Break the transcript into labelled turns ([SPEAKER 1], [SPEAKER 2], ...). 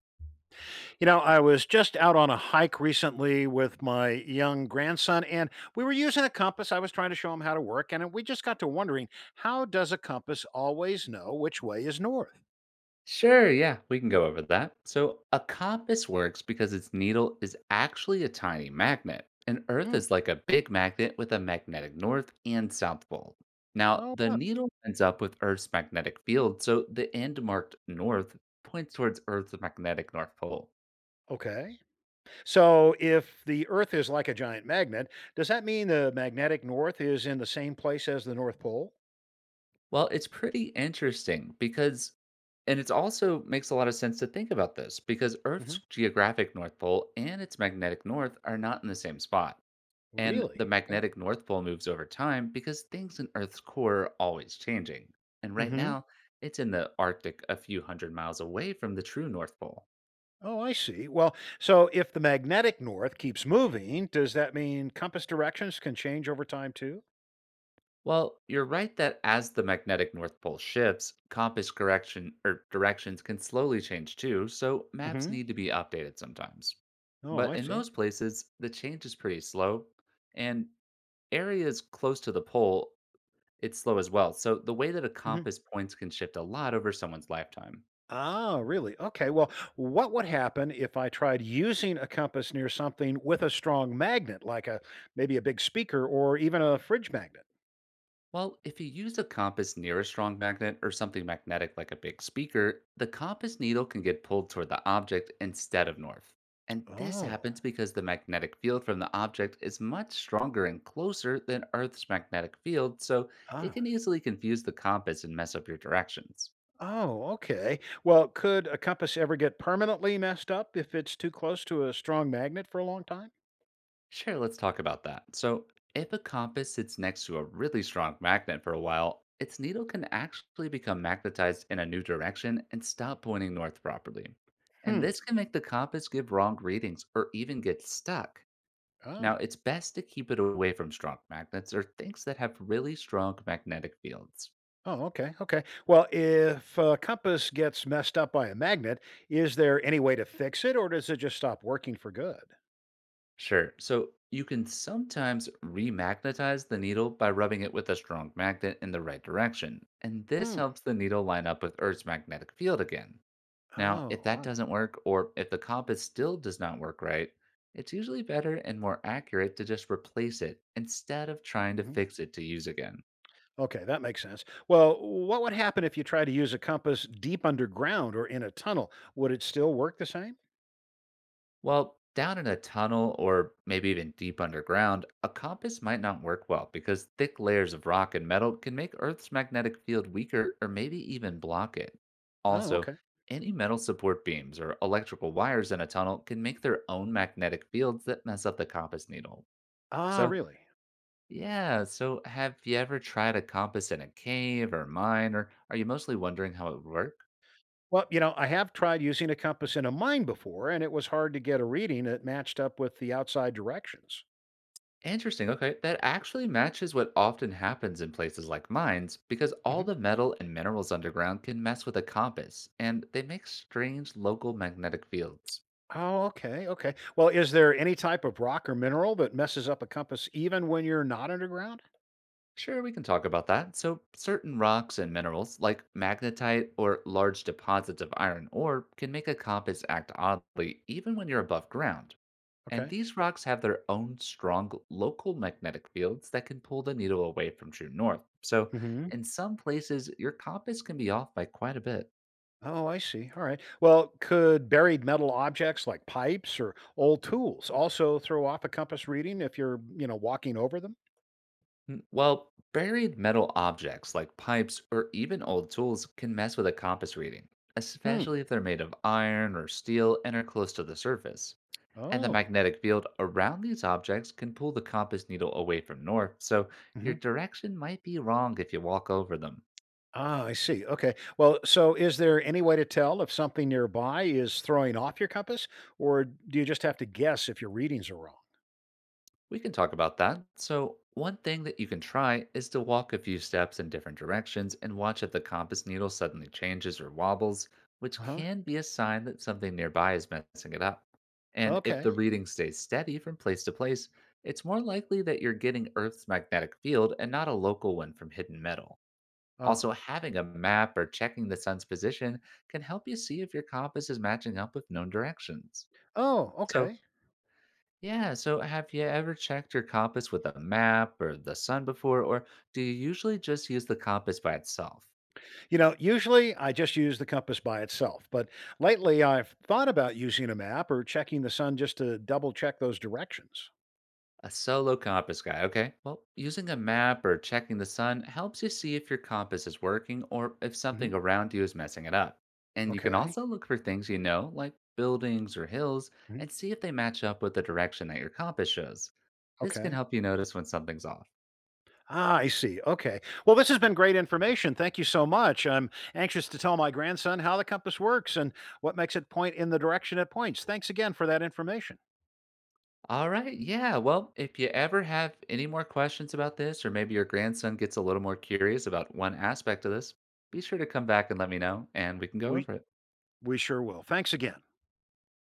[SPEAKER 1] I was just out on a hike recently with my young grandson, and we were using a compass. I was trying to show him how to work, and we just got to wondering, how does a compass always know which way is north?
[SPEAKER 2] Sure, yeah, we can go over that. So, a compass works because its needle is actually a tiny magnet, and Earth
[SPEAKER 1] Hmm.
[SPEAKER 2] is like a big magnet with a magnetic north and south pole. Now,
[SPEAKER 1] Oh,
[SPEAKER 2] the
[SPEAKER 1] wow.
[SPEAKER 2] needle ends up with Earth's magnetic field, so the end marked north points towards Earth's magnetic north pole.
[SPEAKER 1] Okay. So if the Earth is like a giant magnet, does that mean the magnetic north is in the same place as the North Pole?
[SPEAKER 2] Well, it's pretty interesting because, and it also makes a lot of sense to think about this because Earth's
[SPEAKER 1] Hmm.
[SPEAKER 2] geographic north pole and its magnetic north are not in the same spot. And the
[SPEAKER 1] Really? Okay.
[SPEAKER 2] magnetic North Pole moves over time because things in Earth's core are always changing. And right
[SPEAKER 1] Hmm.
[SPEAKER 2] now, it's in the Arctic a few hundred miles away from the true North Pole.
[SPEAKER 1] Oh, I see. Well, so if the magnetic north keeps moving, does that mean compass directions can change over time too?
[SPEAKER 2] Well, you're right that as the magnetic North Pole shifts, compass correction or directions can slowly change too, so maps
[SPEAKER 1] Hmm.
[SPEAKER 2] need to be updated sometimes.
[SPEAKER 1] Oh, I
[SPEAKER 2] But in
[SPEAKER 1] see.
[SPEAKER 2] most places, the change is pretty slow, and areas close to the pole, it's slow as well. So the way that a
[SPEAKER 1] Mhm.
[SPEAKER 2] compass points can shift a lot over someone's lifetime.
[SPEAKER 1] Ah, really? Okay. Well, what would happen if I tried using a compass near something with a strong magnet, like a maybe a big speaker or even a fridge magnet?
[SPEAKER 2] Well, if you use a compass near a strong magnet or something magnetic like a big speaker, the compass needle can get pulled toward the object instead of north. And this
[SPEAKER 1] Oh,
[SPEAKER 2] happens because the magnetic field from the object is much stronger and closer than Earth's magnetic field, so it
[SPEAKER 1] ah,
[SPEAKER 2] can easily confuse the compass and mess up your directions.
[SPEAKER 1] oh, okay. Well, could a compass ever get permanently messed up if it's too close to a strong magnet for a long time?
[SPEAKER 2] Sure, let's talk about that. So, if a compass sits next to a really strong magnet for a while, its needle can actually become magnetized in a new direction and stop pointing north properly. And
[SPEAKER 1] Hmm.
[SPEAKER 2] this can make the compass give wrong readings or even get stuck.
[SPEAKER 1] Ah.
[SPEAKER 2] Now, it's best to keep it away from strong magnets or things that have really strong magnetic fields.
[SPEAKER 1] Oh, okay. Okay. Well, if a compass gets messed up by a magnet, is there any way to fix it or does it just stop working for good?
[SPEAKER 2] Sure. So you can sometimes remagnetize the needle by rubbing it with a strong magnet in the right direction, and this
[SPEAKER 1] Hmm.
[SPEAKER 2] helps the needle line up with Earth's magnetic field again. Now, if that
[SPEAKER 1] Oh,
[SPEAKER 2] doesn't work, or if the compass still does not work right, it's usually better and more accurate to just replace it instead of trying to
[SPEAKER 1] wow.
[SPEAKER 2] fix it to use again.
[SPEAKER 1] Okay, that makes sense. Well, what would happen if you tried to use a compass deep underground or in a tunnel? Would it still work the same?
[SPEAKER 2] Well, down in a tunnel or maybe even deep underground, a compass might not work well because thick layers of rock and metal can make Earth's magnetic field weaker or maybe even block it.
[SPEAKER 1] Oh,
[SPEAKER 2] Also,
[SPEAKER 1] okay.
[SPEAKER 2] any metal support beams or electrical wires in a tunnel can make their own magnetic fields that mess up the compass needle.
[SPEAKER 1] Ah,
[SPEAKER 2] So,
[SPEAKER 1] really?
[SPEAKER 2] yeah, so have you ever tried a compass in a cave or mine, or are you mostly wondering how it works?
[SPEAKER 1] Well, you know, I have tried using a compass in a mine before, and it was hard to get a reading that matched up with the outside directions.
[SPEAKER 2] Interesting. Okay. That actually matches what often happens in places like mines because all
[SPEAKER 1] Hmm.
[SPEAKER 2] the metal and minerals underground can mess with a compass and they make strange local magnetic fields.
[SPEAKER 1] Oh, okay, okay. Well, is there any type of rock or mineral that messes up a compass even when you're not underground?
[SPEAKER 2] Sure, we can talk about that. So, certain rocks and minerals like magnetite or large deposits of iron ore can make a compass act oddly even when you're above ground. And
[SPEAKER 1] Okay.
[SPEAKER 2] these rocks have their own strong local magnetic fields that can pull the needle away from true north. So,
[SPEAKER 1] Hmm.
[SPEAKER 2] in some places, your compass can be off by quite a bit.
[SPEAKER 1] Oh, I see. All right. Well, could buried metal objects like pipes or old tools also throw off a compass reading if you're walking over them?
[SPEAKER 2] Well, buried metal objects like pipes or even old tools can mess with a compass reading,
[SPEAKER 1] Hmm.
[SPEAKER 2] especially if they're made of iron or steel and are close to the surface. And the
[SPEAKER 1] Oh.
[SPEAKER 2] magnetic field around these objects can pull the compass needle away from north, so your
[SPEAKER 1] Hmm.
[SPEAKER 2] direction might be wrong if you walk over them.
[SPEAKER 1] Ah, I see. Okay. Well, so is there any way to tell if something nearby is throwing off your compass, or do you just have to guess if your readings are wrong?
[SPEAKER 2] We can talk about that. So, one thing that you can try is to walk a few steps in different directions and watch if the compass needle suddenly changes or wobbles,
[SPEAKER 1] Uh
[SPEAKER 2] which
[SPEAKER 1] huh.
[SPEAKER 2] can be a sign that something nearby is messing it up. And if the
[SPEAKER 1] Okay.
[SPEAKER 2] reading stays steady from place to place, it's more likely that you're getting Earth's magnetic field and not a local one from hidden metal.
[SPEAKER 1] Ah.
[SPEAKER 2] Also, having a map or checking the sun's position can help you see if your compass is matching up with known directions.
[SPEAKER 1] Oh,
[SPEAKER 2] So,
[SPEAKER 1] okay.
[SPEAKER 2] yeah, so have you ever checked your compass with a map or the sun before, or do you usually just use the compass by itself?
[SPEAKER 1] You know, usually I just use the compass by itself, but lately I've thought about using a map or checking the sun just to double check those directions.
[SPEAKER 2] A solo compass guy, okay. Well, using a map or checking the sun helps you see if your compass is working or if
[SPEAKER 1] Mhm.
[SPEAKER 2] something around you is messing it up. And you can
[SPEAKER 1] Okay.
[SPEAKER 2] also look for things you know, like buildings or hills,
[SPEAKER 1] Mhm.
[SPEAKER 2] and see if they match up with the direction that your compass shows. This can
[SPEAKER 1] Okay.
[SPEAKER 2] help you notice when something's off.
[SPEAKER 1] Ah, I see. Okay. Well, this has been great information. Thank you so much. I'm anxious to tell my grandson how the compass works and what makes it point in the direction it points. Thanks again for that information.
[SPEAKER 2] All right. Yeah. Well, if you ever have any more questions about this, or maybe your grandson gets a little more curious about one aspect of this, be sure to come back and let me know, and we can go
[SPEAKER 1] We
[SPEAKER 2] over it.
[SPEAKER 1] we sure will. Thanks again.